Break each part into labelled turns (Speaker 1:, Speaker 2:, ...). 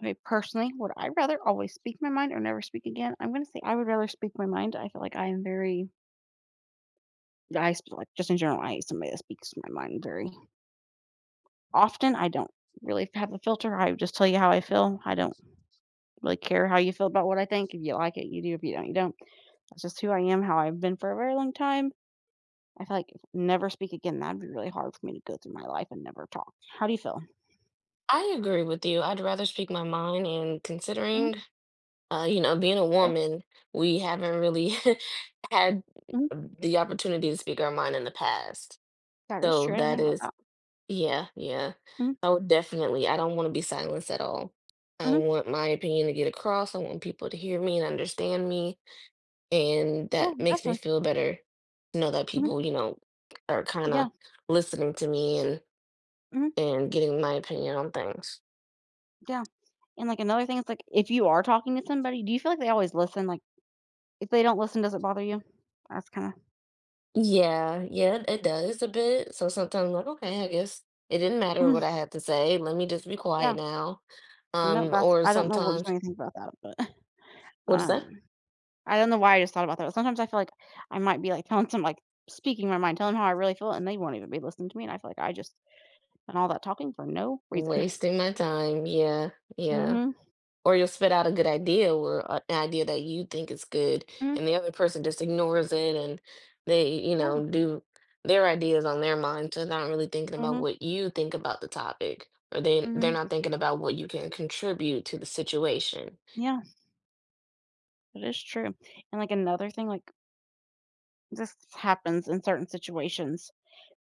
Speaker 1: Okay, personally, would I rather always speak my mind or never speak again? I'm gonna say I would rather speak my mind. I feel like I am very, like just in general, I somebody that speaks my mind very often. I don't really have a filter. I just tell you how I feel. I don't really care how you feel about what I think. If you like it, you do. If you don't, you don't. That's just who I am, how I've been for a very long time. I feel like if never speak again, that'd be really hard for me to go through my life and never talk. How do you feel?
Speaker 2: I agree with you. I'd rather speak my mind and
Speaker 1: hmm
Speaker 2: considering, you know, being a
Speaker 1: Okay.
Speaker 2: woman, we haven't really had
Speaker 1: hmm
Speaker 2: the opportunity to speak our mind in the past.
Speaker 1: That is
Speaker 2: So
Speaker 1: true. I didn't
Speaker 2: that
Speaker 1: think about
Speaker 2: is,
Speaker 1: that.
Speaker 2: yeah, yeah.
Speaker 1: Hmm
Speaker 2: I would definitely, I don't want to be silenced at all. I
Speaker 1: hmm
Speaker 2: want my opinion to get across. I want people to hear me and understand me. And
Speaker 1: Yeah,
Speaker 2: that makes me
Speaker 1: definitely.
Speaker 2: feel better to know that
Speaker 1: Hmm
Speaker 2: people, you know, are kind
Speaker 1: Yeah.
Speaker 2: of listening to me
Speaker 1: hmm
Speaker 2: and getting my opinion on things.
Speaker 1: Yeah. And, like, another thing is, like, if you are talking to somebody, do you feel like they always listen? Like, if they don't listen, does it bother you? That's kinda
Speaker 2: Yeah, yeah, it does a bit. So sometimes I'm like, okay, I guess it didn't matter what I had to say. Let me just be
Speaker 1: yeah,
Speaker 2: quiet now.
Speaker 1: you know, that's
Speaker 2: Or
Speaker 1: I don't know what
Speaker 2: sometimes,
Speaker 1: you think about that, but,
Speaker 2: what is
Speaker 1: um,
Speaker 2: that?
Speaker 1: I don't know why I just thought about that. Sometimes I feel like I might be, like, speaking my mind, telling 'em how I really feel, and they won't even be listening to me, and I feel like I just done all that talking for no reason.
Speaker 2: Wasting my time. Yeah, yeah.
Speaker 1: Mhm.
Speaker 2: Or you'll spit out a good idea or an idea that you think is good,
Speaker 1: Mhm.
Speaker 2: and the other person just ignores it and they, you
Speaker 1: Yeah.
Speaker 2: know, do their ideas on their mind. So they're not really thinking about
Speaker 1: Mhm.
Speaker 2: what you think about the topic, or they're
Speaker 1: Mhm.
Speaker 2: not thinking about what you can contribute to the situation.
Speaker 1: Yeah, that is true. And, like, another thing, like, this happens in certain situations,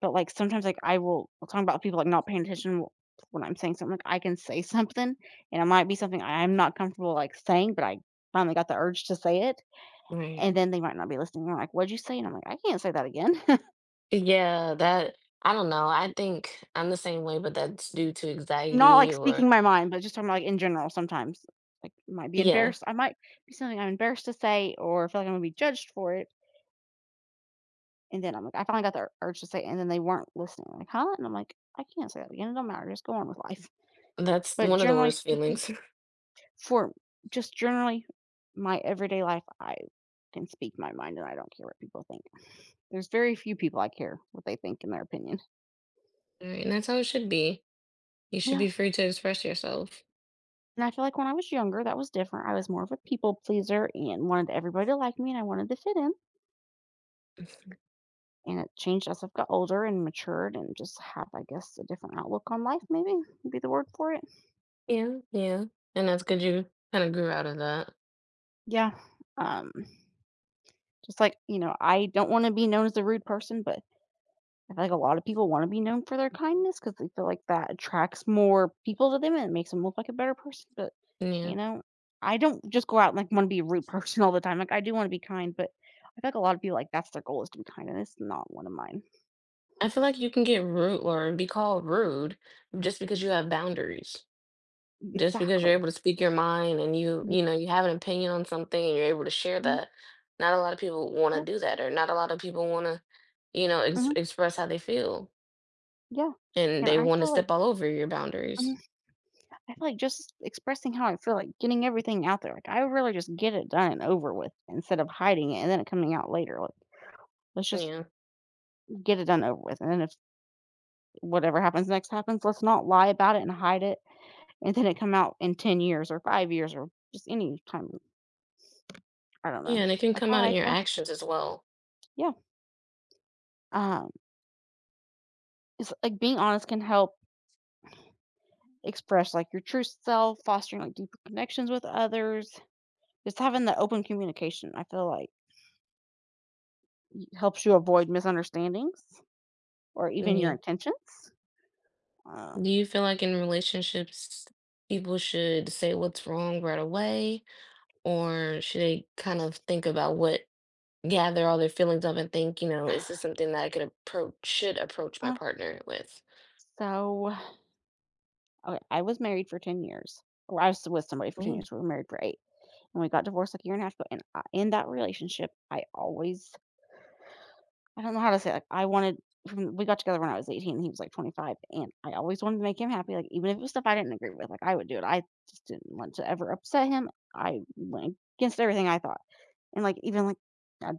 Speaker 1: but, like, sometimes, like, I will talking about people, like, not paying attention when I'm saying something, like, I can say something, and it might be something I'm not comfortable, like, saying, but I finally got the urge to say it,
Speaker 2: Right.
Speaker 1: and then they might not be listening. They're like, "What'd you say?" And I'm like, "I can't say that again."
Speaker 2: Yeah, that I don't know. I think I'm the same way, but that's due to
Speaker 1: Not, like,
Speaker 2: anxiety or
Speaker 1: speaking my mind, but just talking about, like, in general sometimes. Like, I might be
Speaker 2: yeah,
Speaker 1: embarrassed I might be something I'm embarrassed to say or feel like I'm gonna be judged for it, and then I'm like, I finally got the urge to say it, and then they weren't listening. Like, "Huh?" And I'm like, "I can't say that again. It don't matter. Just go on with life."
Speaker 2: that's
Speaker 1: But
Speaker 2: one of the
Speaker 1: generally
Speaker 2: worst
Speaker 1: speaking,
Speaker 2: feelings.
Speaker 1: for just generally my everyday life, I can speak my mind and I don't care what people think. There's very few people I care what they think in their opinion.
Speaker 2: Right, and that's how it should be. You should
Speaker 1: Yeah.
Speaker 2: be free to express yourself.
Speaker 1: And I feel like when I was younger, that was different. I was more of a people pleaser and wanted everybody to like me and I wanted to fit in. And it changed as I've got older and matured and just have, I guess, a different outlook on life, maybe would be the word for it.
Speaker 2: Yeah, yeah. And that's good you kind of grew out of that.
Speaker 1: Yeah. Um, just like, you know, I don't want to be known as a rude person, but I feel like a lot of people want to be known for their kindness because they feel like that attracts more people to them and it makes them look like a better person. But
Speaker 2: Yeah.
Speaker 1: you know, I don't just go out and like want to be a rude person all the time. Like I do want to be kind, but I feel like a lot of people like that's their goal is to be kind, and it's not one of mine.
Speaker 2: I feel like you can get rude or be called rude just because you have boundaries. Just because
Speaker 1: Exactly.
Speaker 2: you're able to speak your mind and you,
Speaker 1: Yeah.
Speaker 2: you know, you have an opinion on something and you're able to share
Speaker 1: Mhm.
Speaker 2: that, not a lot of people want
Speaker 1: Yeah.
Speaker 2: to do that, or not a lot of people want to, you know,
Speaker 1: Mhm,
Speaker 2: express how they feel,
Speaker 1: yeah.
Speaker 2: and
Speaker 1: And
Speaker 2: they
Speaker 1: I
Speaker 2: want to
Speaker 1: feel like
Speaker 2: step all over your
Speaker 1: mhm,
Speaker 2: boundaries.
Speaker 1: I feel like just expressing how I feel, like getting everything out there. Like I would really just get it done and over with instead of hiding it and then it coming out later. Like let's just
Speaker 2: Yeah,
Speaker 1: get it done over with. And then if whatever happens next happens. Let's not lie about it and hide it, and then it come out in 10 years or 5 years or just any time. I don't know.
Speaker 2: yeah, and it can
Speaker 1: That's
Speaker 2: come
Speaker 1: how
Speaker 2: out in
Speaker 1: I
Speaker 2: your
Speaker 1: feel.
Speaker 2: actions as well.
Speaker 1: Yeah. Um, it's like being honest can help express like your true self, fostering like deeper connections with others. Just having the open communication, I feel like helps you avoid misunderstandings or even your
Speaker 2: Yeah.
Speaker 1: intentions. Um,
Speaker 2: Do you feel like in relationships, people should say what's wrong right away, or should they kind of think about what gather all their feelings up and think, you know, is this something that I could approach, should approach my
Speaker 1: uh,
Speaker 2: partner with?
Speaker 1: so okay, I was married for 10 years. Or I was with somebody for 10 years. We were married for eight. When we got divorced like a year and a half ago, and I in that relationship, I always I don't know how to say, it, like, I wanted from we got together when I was 18, he was, like, 25, and I always wanted to make him happy, like, even if it was stuff I didn't agree with, like, I would do it. I just didn't want to ever upset him. I went against everything I thought, and, like, even, like, I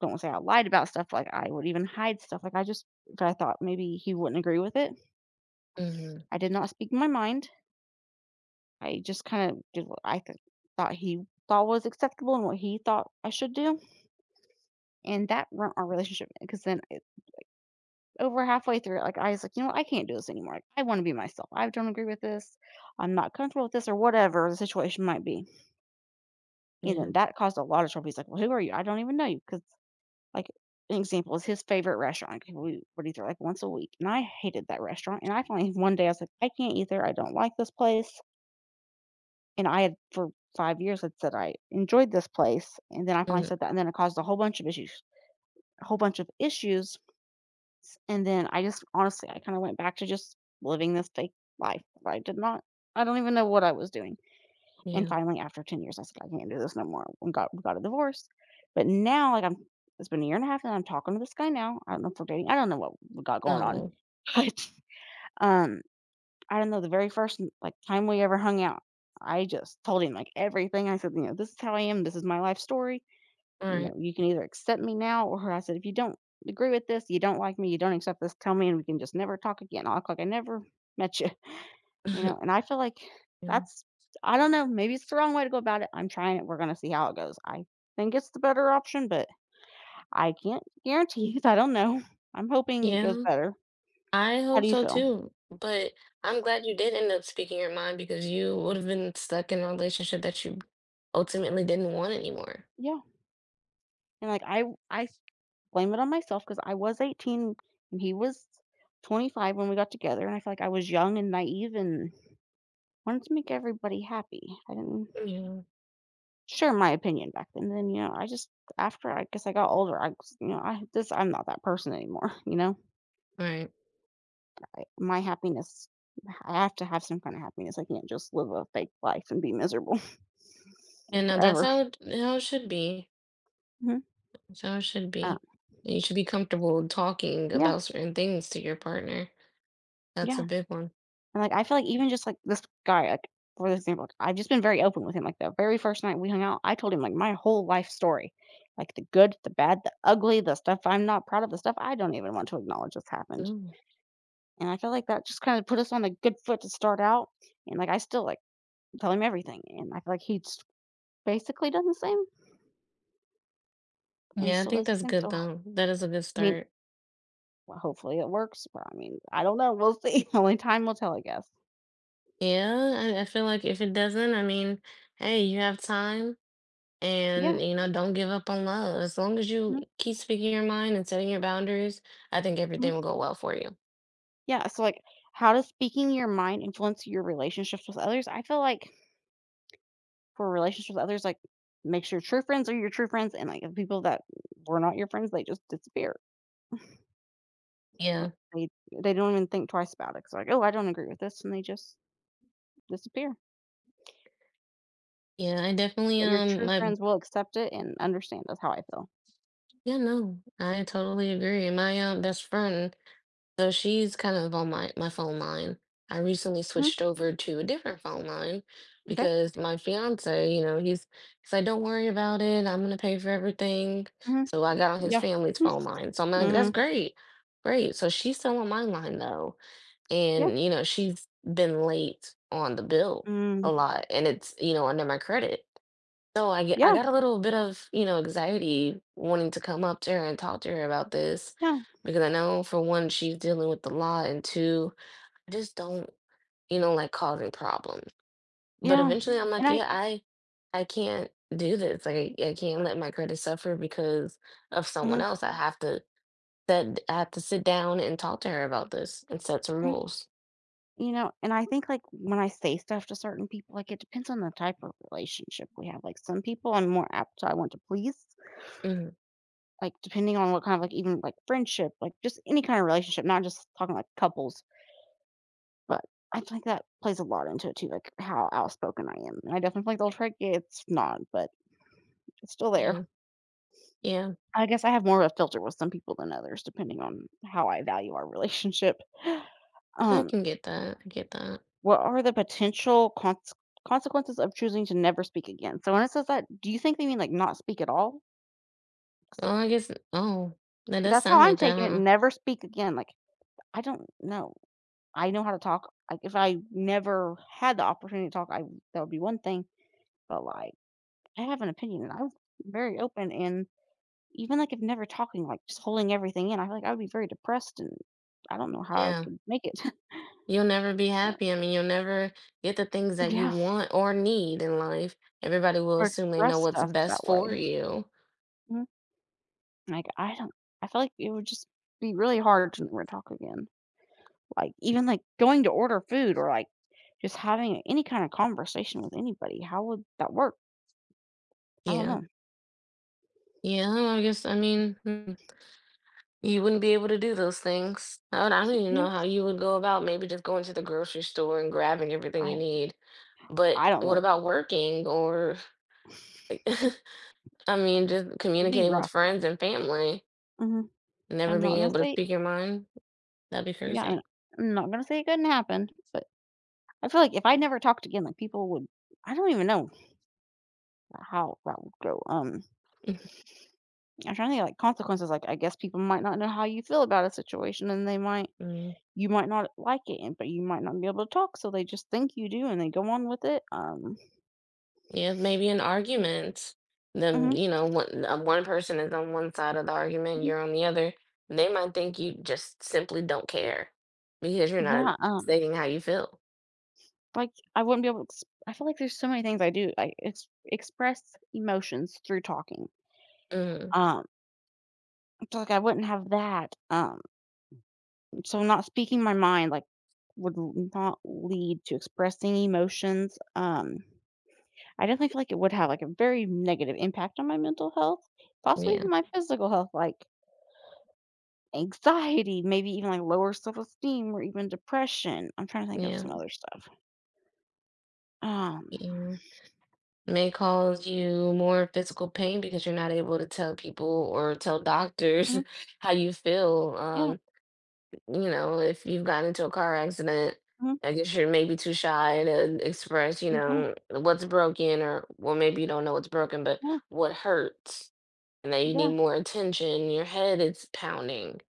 Speaker 1: don't wanna say I lied about stuff, like, I would even hide stuff, like, I just if I thought maybe he wouldn't agree with it,
Speaker 2: Mhm.
Speaker 1: I did not speak my mind. I just kinda did what I th thought he thought was acceptable and what he thought I should do. And that ruined our relationship because then it, over halfway through, it, like I was like, you know what, I can't do this anymore. Like, I want to be myself. I don't agree with this. I'm not comfortable with this, or whatever the situation might be. And
Speaker 2: Yeah.
Speaker 1: then that caused a lot of trouble. He's like, well, who are you? I don't even know you. Because like an example is his favorite restaurant. 'Cause we would eat there like once a week, and I hated that restaurant. And I finally one day I was like, I can't eat there. I don't like this place. And I had for 5 years had said I enjoyed this place, and then I finally
Speaker 2: Mm.
Speaker 1: said that, and then it caused a whole bunch of issues. A whole bunch of issues. And then I just honestly, I kinda went back to just living this fake life. I did not I don't even know what I was doing. And
Speaker 2: Yeah.
Speaker 1: finally, after 10 years, I said, "I can't do this no more." We got a divorce. But now, like, I'm it's been a year and a half, and I'm talking to this guy now. I don't know if we're dating. I don't know what we got going on.
Speaker 2: No.
Speaker 1: But, um, I don't know, the very first, like, time we ever hung out, I just told him, like, everything. I said, you know, "This is how I am. This is my life story,
Speaker 2: All
Speaker 1: you know,
Speaker 2: right.
Speaker 1: you can either accept me now or I said, if you don't agree with this, you don't like me, you don't accept this, tell me and we can just never talk again. I'll act like I never met you, you know? And I feel like
Speaker 2: Yeah.
Speaker 1: that's, I don't know, maybe it's the wrong way to go about it. I'm trying it. We're going to see how it goes. I think it's the better option, but I can't guarantee it. I don't know. I'm hoping it goes
Speaker 2: Yeah,
Speaker 1: better.
Speaker 2: I
Speaker 1: How
Speaker 2: hope
Speaker 1: do you
Speaker 2: so
Speaker 1: feel?
Speaker 2: too. But I'm glad you did end up speaking your mind because you would have been stuck in a relationship that you ultimately didn't want anymore.
Speaker 1: Yeah. And like, I blame it on myself because I was 18 and he was 25 when we got together. And I feel like I was young and naive and wanted to make everybody happy. I didn't
Speaker 2: Yeah.
Speaker 1: share my opinion back then. Then, you know, I just after I guess I got older, I was, you know, I'm not that person anymore, you know?
Speaker 2: Right.
Speaker 1: My happiness, I have to have some kind of happiness. I can't just live a fake life and be miserable
Speaker 2: And now that's
Speaker 1: forever.
Speaker 2: how it should be.
Speaker 1: hmm
Speaker 2: That's how it should
Speaker 1: Um,
Speaker 2: be. You should be comfortable talking
Speaker 1: yeah,
Speaker 2: about certain things to your partner. That's
Speaker 1: yeah.
Speaker 2: a big one.
Speaker 1: And like I feel like even just like this guy, like for example, like, I've just been very open with him. Like the very first night we hung out, I told him like my whole life story, like the good, the bad, the ugly, the stuff I'm not proud of, the stuff I don't even want to acknowledge has happened.
Speaker 2: Mm.
Speaker 1: And I feel like that just kinda put us on a good foot to start out, and, like, I still, like, tell him everything, and I feel like he s basically does the same and
Speaker 2: Yeah, I
Speaker 1: still
Speaker 2: think
Speaker 1: does the
Speaker 2: that's
Speaker 1: same,
Speaker 2: good
Speaker 1: so, I
Speaker 2: though. That is a good
Speaker 1: mean,
Speaker 2: start.
Speaker 1: well, hopefully it works, but, I mean, I don't know, we'll see. Only time will tell, I guess.
Speaker 2: Yeah, I feel like if it doesn't, I mean, hey, you have time
Speaker 1: Yeah,
Speaker 2: and you know, don't give up on love. As long as you
Speaker 1: mhm,
Speaker 2: keep speaking your mind and setting your boundaries, I think everything
Speaker 1: mhm.
Speaker 2: will go well for you.
Speaker 1: Yeah, so, like, how does speaking your mind influence your relationships with others? I feel like for relationships with others, like, makes your true friends are your true friends, and, like, the people that were not your friends, they just disappear. Like,
Speaker 2: Yeah.
Speaker 1: they don't even think twice about it. It's like, "Oh, I don't agree with this," and they just disappear.
Speaker 2: Yeah, I definitely
Speaker 1: But your true
Speaker 2: my
Speaker 1: friends will accept it and understand. That's how I feel.
Speaker 2: yeah, no, I totally agree. My best friend. So she's kind of on my phone line. I recently
Speaker 1: Mhm.
Speaker 2: switched over to a different phone line
Speaker 1: Okay.
Speaker 2: because my fiance, you know, he's like, don't worry about it. I'm gonna pay for everything.
Speaker 1: Mhm.
Speaker 2: So I got on his
Speaker 1: Yeah.
Speaker 2: family's phone line. So I'm like, that's
Speaker 1: Mhm.
Speaker 2: great. Great. So she's still on my line though.
Speaker 1: Yeah.
Speaker 2: And, you know, she's been late on the bill
Speaker 1: Mm.
Speaker 2: a lot. And it's, you know, under my credit. No, I
Speaker 1: Yeah.
Speaker 2: got a little bit of, you know, anxiety wanting to come up to her and talk to her about this
Speaker 1: Yeah.
Speaker 2: because I know for one, she's dealing with the law, and two, I just don't, you know, like causing problems. But
Speaker 1: Yeah.
Speaker 2: eventually I'm
Speaker 1: And
Speaker 2: like,
Speaker 1: I
Speaker 2: yeah, I can't do this. Like I can't let my credit suffer because of someone
Speaker 1: Mhm.
Speaker 2: else. I have to That I have to sit down and talk to her about this and set some
Speaker 1: Mhm.
Speaker 2: rules.
Speaker 1: And I think, like, when I say stuff to certain people, like, it depends on the type of relationship we have. Like, some people I'm more apt to, I want to please,
Speaker 2: Hmm
Speaker 1: like, depending on what kind of, like, even, like, friendship, like, just any kind of relationship, not just talking like couples. But I think that plays a lot into it too, like, how outspoken I am. And I definitely feel like the old trick, it's not, but it's still there.
Speaker 2: Yeah. Yeah.
Speaker 1: I guess I have more of a filter with some people than others, depending on how I value our relationship.
Speaker 2: I
Speaker 1: Um,
Speaker 2: can get that. I get that.
Speaker 1: what are the potential consequences of choosing to never speak again? So when it says that, do you think they mean like not speak at all? 'Cause, like,
Speaker 2: Oh, I guess oh, that does
Speaker 1: that's how
Speaker 2: sound
Speaker 1: I'm
Speaker 2: like that,
Speaker 1: taking it.
Speaker 2: huh?
Speaker 1: Never speak again. Like I don't know. I know how to talk. Like if I never had the opportunity to talk, I that would be one thing. But like I have an opinion, and I'm very open. And Even, like, if never talking, like, just holding everything in, I feel like I would be very depressed, and I don't know how I
Speaker 2: Yeah.
Speaker 1: could make it.
Speaker 2: You'll never be happy. I mean, you'll never get the things that you
Speaker 1: Yeah,
Speaker 2: want or need in life. Everybody will
Speaker 1: or
Speaker 2: assume they know
Speaker 1: express
Speaker 2: what's
Speaker 1: stuff that
Speaker 2: best for
Speaker 1: way.
Speaker 2: you.
Speaker 1: Mhm. Like, I don't, I feel like it would just be really hard to never talk again. Like, even, like, going to order food or, like, just having any kind of conversation with anybody, how would that work? I don't
Speaker 2: Yeah.
Speaker 1: know.
Speaker 2: Yeah, I guess, I mean, mm, you wouldn't be able to do those things. I don't even
Speaker 1: Yeah,
Speaker 2: know how you would go about maybe just going to the grocery store and grabbing everything
Speaker 1: I
Speaker 2: you need. But
Speaker 1: I don't
Speaker 2: what
Speaker 1: know.
Speaker 2: about working or, I mean, just
Speaker 1: It'd be
Speaker 2: communicating with
Speaker 1: rough.
Speaker 2: friends and family,
Speaker 1: Mhm. I'm
Speaker 2: never
Speaker 1: not
Speaker 2: being
Speaker 1: gonna
Speaker 2: able to
Speaker 1: say,
Speaker 2: speak your mind? That'd be
Speaker 1: yeah, I mean,
Speaker 2: crazy.
Speaker 1: I'm not gonna say it couldn't happen, but I feel like if I never talked again, like, people would, I don't even know how that would go. I'm trying to think, like, consequences, like, I guess people might not know how you feel about a situation, and they might,
Speaker 2: Mm.
Speaker 1: you might not like it, and but you might not be able to talk, so they just think you do, and they go on with it. Um
Speaker 2: Yeah, maybe an argument. Then,
Speaker 1: mhm,
Speaker 2: you know, one person is on one side of the argument,
Speaker 1: mhm.
Speaker 2: you're on the other. They might think you just simply don't care because you're
Speaker 1: Yeah,
Speaker 2: not stating how you feel.
Speaker 1: like, I wouldn't be able to ex I feel like there's so many things I do. I ex express emotions through talking.
Speaker 2: Mm,
Speaker 1: Um, so, like, I wouldn't have that. So not speaking my mind, like, would l not lead to expressing emotions. I definitely feel like it would have, like, a very negative impact on my mental health, possibly
Speaker 2: yeah,
Speaker 1: even my physical health, like anxiety, maybe even, like, lower self-esteem or even depression. I'm trying to think of some
Speaker 2: yeah,
Speaker 1: other stuff. Um,
Speaker 2: yeah. May cause you more physical pain because you're not able to tell people or tell doctors
Speaker 1: mhm,
Speaker 2: how you feel.
Speaker 1: yeah,
Speaker 2: You know, if you've gotten into a car accident,
Speaker 1: mhm,
Speaker 2: I guess you're maybe too shy to express, you
Speaker 1: yeah,
Speaker 2: know, what's broken or well, maybe you don't know what's broken, but
Speaker 1: yeah,
Speaker 2: what hurts and that you
Speaker 1: yeah,
Speaker 2: need more attention, your head is pounding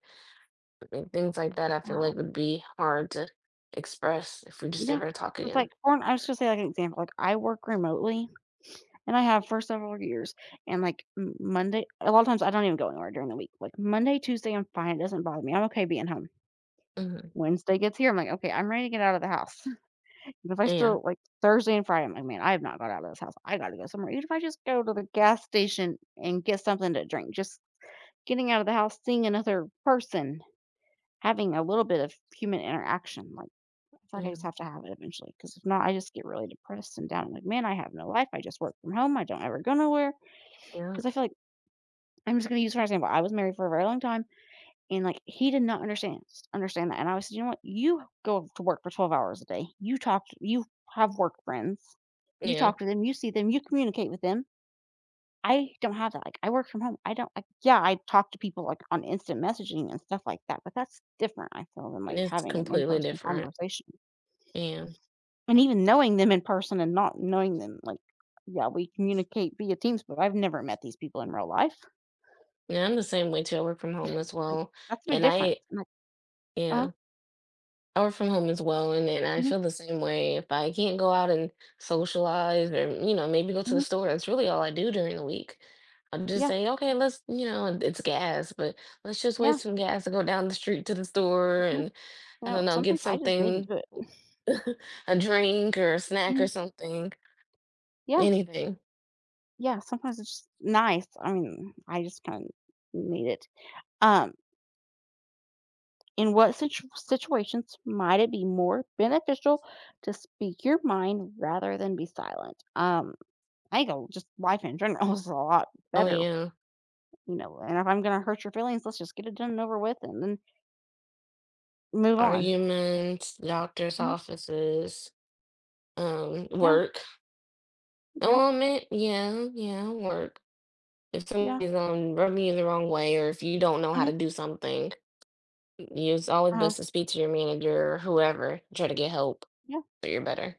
Speaker 2: and things like that. I feel like
Speaker 1: um,
Speaker 2: would be hard to express if we just
Speaker 1: yeah,
Speaker 2: never talk
Speaker 1: 'cause,
Speaker 2: again.
Speaker 1: like, for an I was gonna say, like, an example, like, I work remotely, and I have for several years, and, like, M Monday a lot of times I don't even go anywhere during the week. Like, Monday, Tuesday, I'm fine, it doesn't bother me, I'm okay being home.
Speaker 2: Hmm
Speaker 1: Wednesday gets here, I'm like, "Okay, I'm ready to get out of the house." But if I
Speaker 2: Yeah,
Speaker 1: still like Thursday and Friday, I'm like, "Man, I have not got out of this house. I gotta go somewhere." Even if I just go to the gas station and get something to drink, just getting out of the house, seeing another person, having a little bit of human interaction, like, I feel like I
Speaker 2: yeah,
Speaker 1: just have to have it eventually. Because if not, I just get really depressed and down. I'm like, "Man, I have no life. I just work from home. I don't ever go nowhere.
Speaker 2: yeah,
Speaker 1: Because I feel like I'm just gonna use for example, I was married for a very long time. And, like, he did not understand that, and I was "You know what? You go to work for 12 hours a day. You talk to you have work friends. You
Speaker 2: yeah.
Speaker 1: talk to them, you see them, you communicate with them. I don't have that, like, I work from home. I don't like, yeah, I talk to people, like, on instant messaging and stuff like that, but that's different, I feel, than, like,
Speaker 2: It's
Speaker 1: having an
Speaker 2: completely
Speaker 1: in-person
Speaker 2: different.
Speaker 1: conversation.
Speaker 2: Yeah,
Speaker 1: And even knowing them in person and not knowing them, like, yeah, we communicate via Teams, but I've never met these people in real life.
Speaker 2: yeah. I'm the same way too. I work from home as
Speaker 1: Like,
Speaker 2: well,
Speaker 1: that's a big
Speaker 2: and
Speaker 1: difference."
Speaker 2: I
Speaker 1: I'm like, "Uh-huh.
Speaker 2: yeah. I work from home as well, and then I
Speaker 1: Mhm,
Speaker 2: feel the same way. If I can't go out and socialize or, you know, maybe go to the
Speaker 1: mhm.
Speaker 2: store, that's really all I do during the week. I'll just
Speaker 1: Yeah,
Speaker 2: say, okay, let's, you know, and it's gas, but let's just
Speaker 1: yeah,
Speaker 2: waste some gas to go down the street to the store
Speaker 1: yeah."
Speaker 2: and
Speaker 1: You
Speaker 2: I
Speaker 1: know,
Speaker 2: don't know, get
Speaker 1: sometimes I just need to
Speaker 2: something,
Speaker 1: do it.
Speaker 2: a drink or a snack or
Speaker 1: Mm,
Speaker 2: something,
Speaker 1: yeah,
Speaker 2: anything.
Speaker 1: yeah, sometimes it's just nice. I mean, I just kind of need it. Um, in what situations might it be more beneficial to speak your mind rather than be silent? I think just life in general is a lot
Speaker 2: Oh
Speaker 1: better,
Speaker 2: yeah.
Speaker 1: you know. And if I'm gonna hurt your feelings, let's just get it done and over with and then move on.
Speaker 2: Arguments, doctor's
Speaker 1: Hmm.
Speaker 2: offices,
Speaker 1: Yeah,
Speaker 2: work.
Speaker 1: yeah,
Speaker 2: Oh, I meant, yeah, yeah, work. If
Speaker 1: yeah.
Speaker 2: somebody's rubbing you the wrong way or if you don't know how
Speaker 1: Hmm.
Speaker 2: to do something, it's always
Speaker 1: Uh-huh.
Speaker 2: best to speak to your manager or whoever, try to get help
Speaker 1: Yeah.
Speaker 2: so you're better.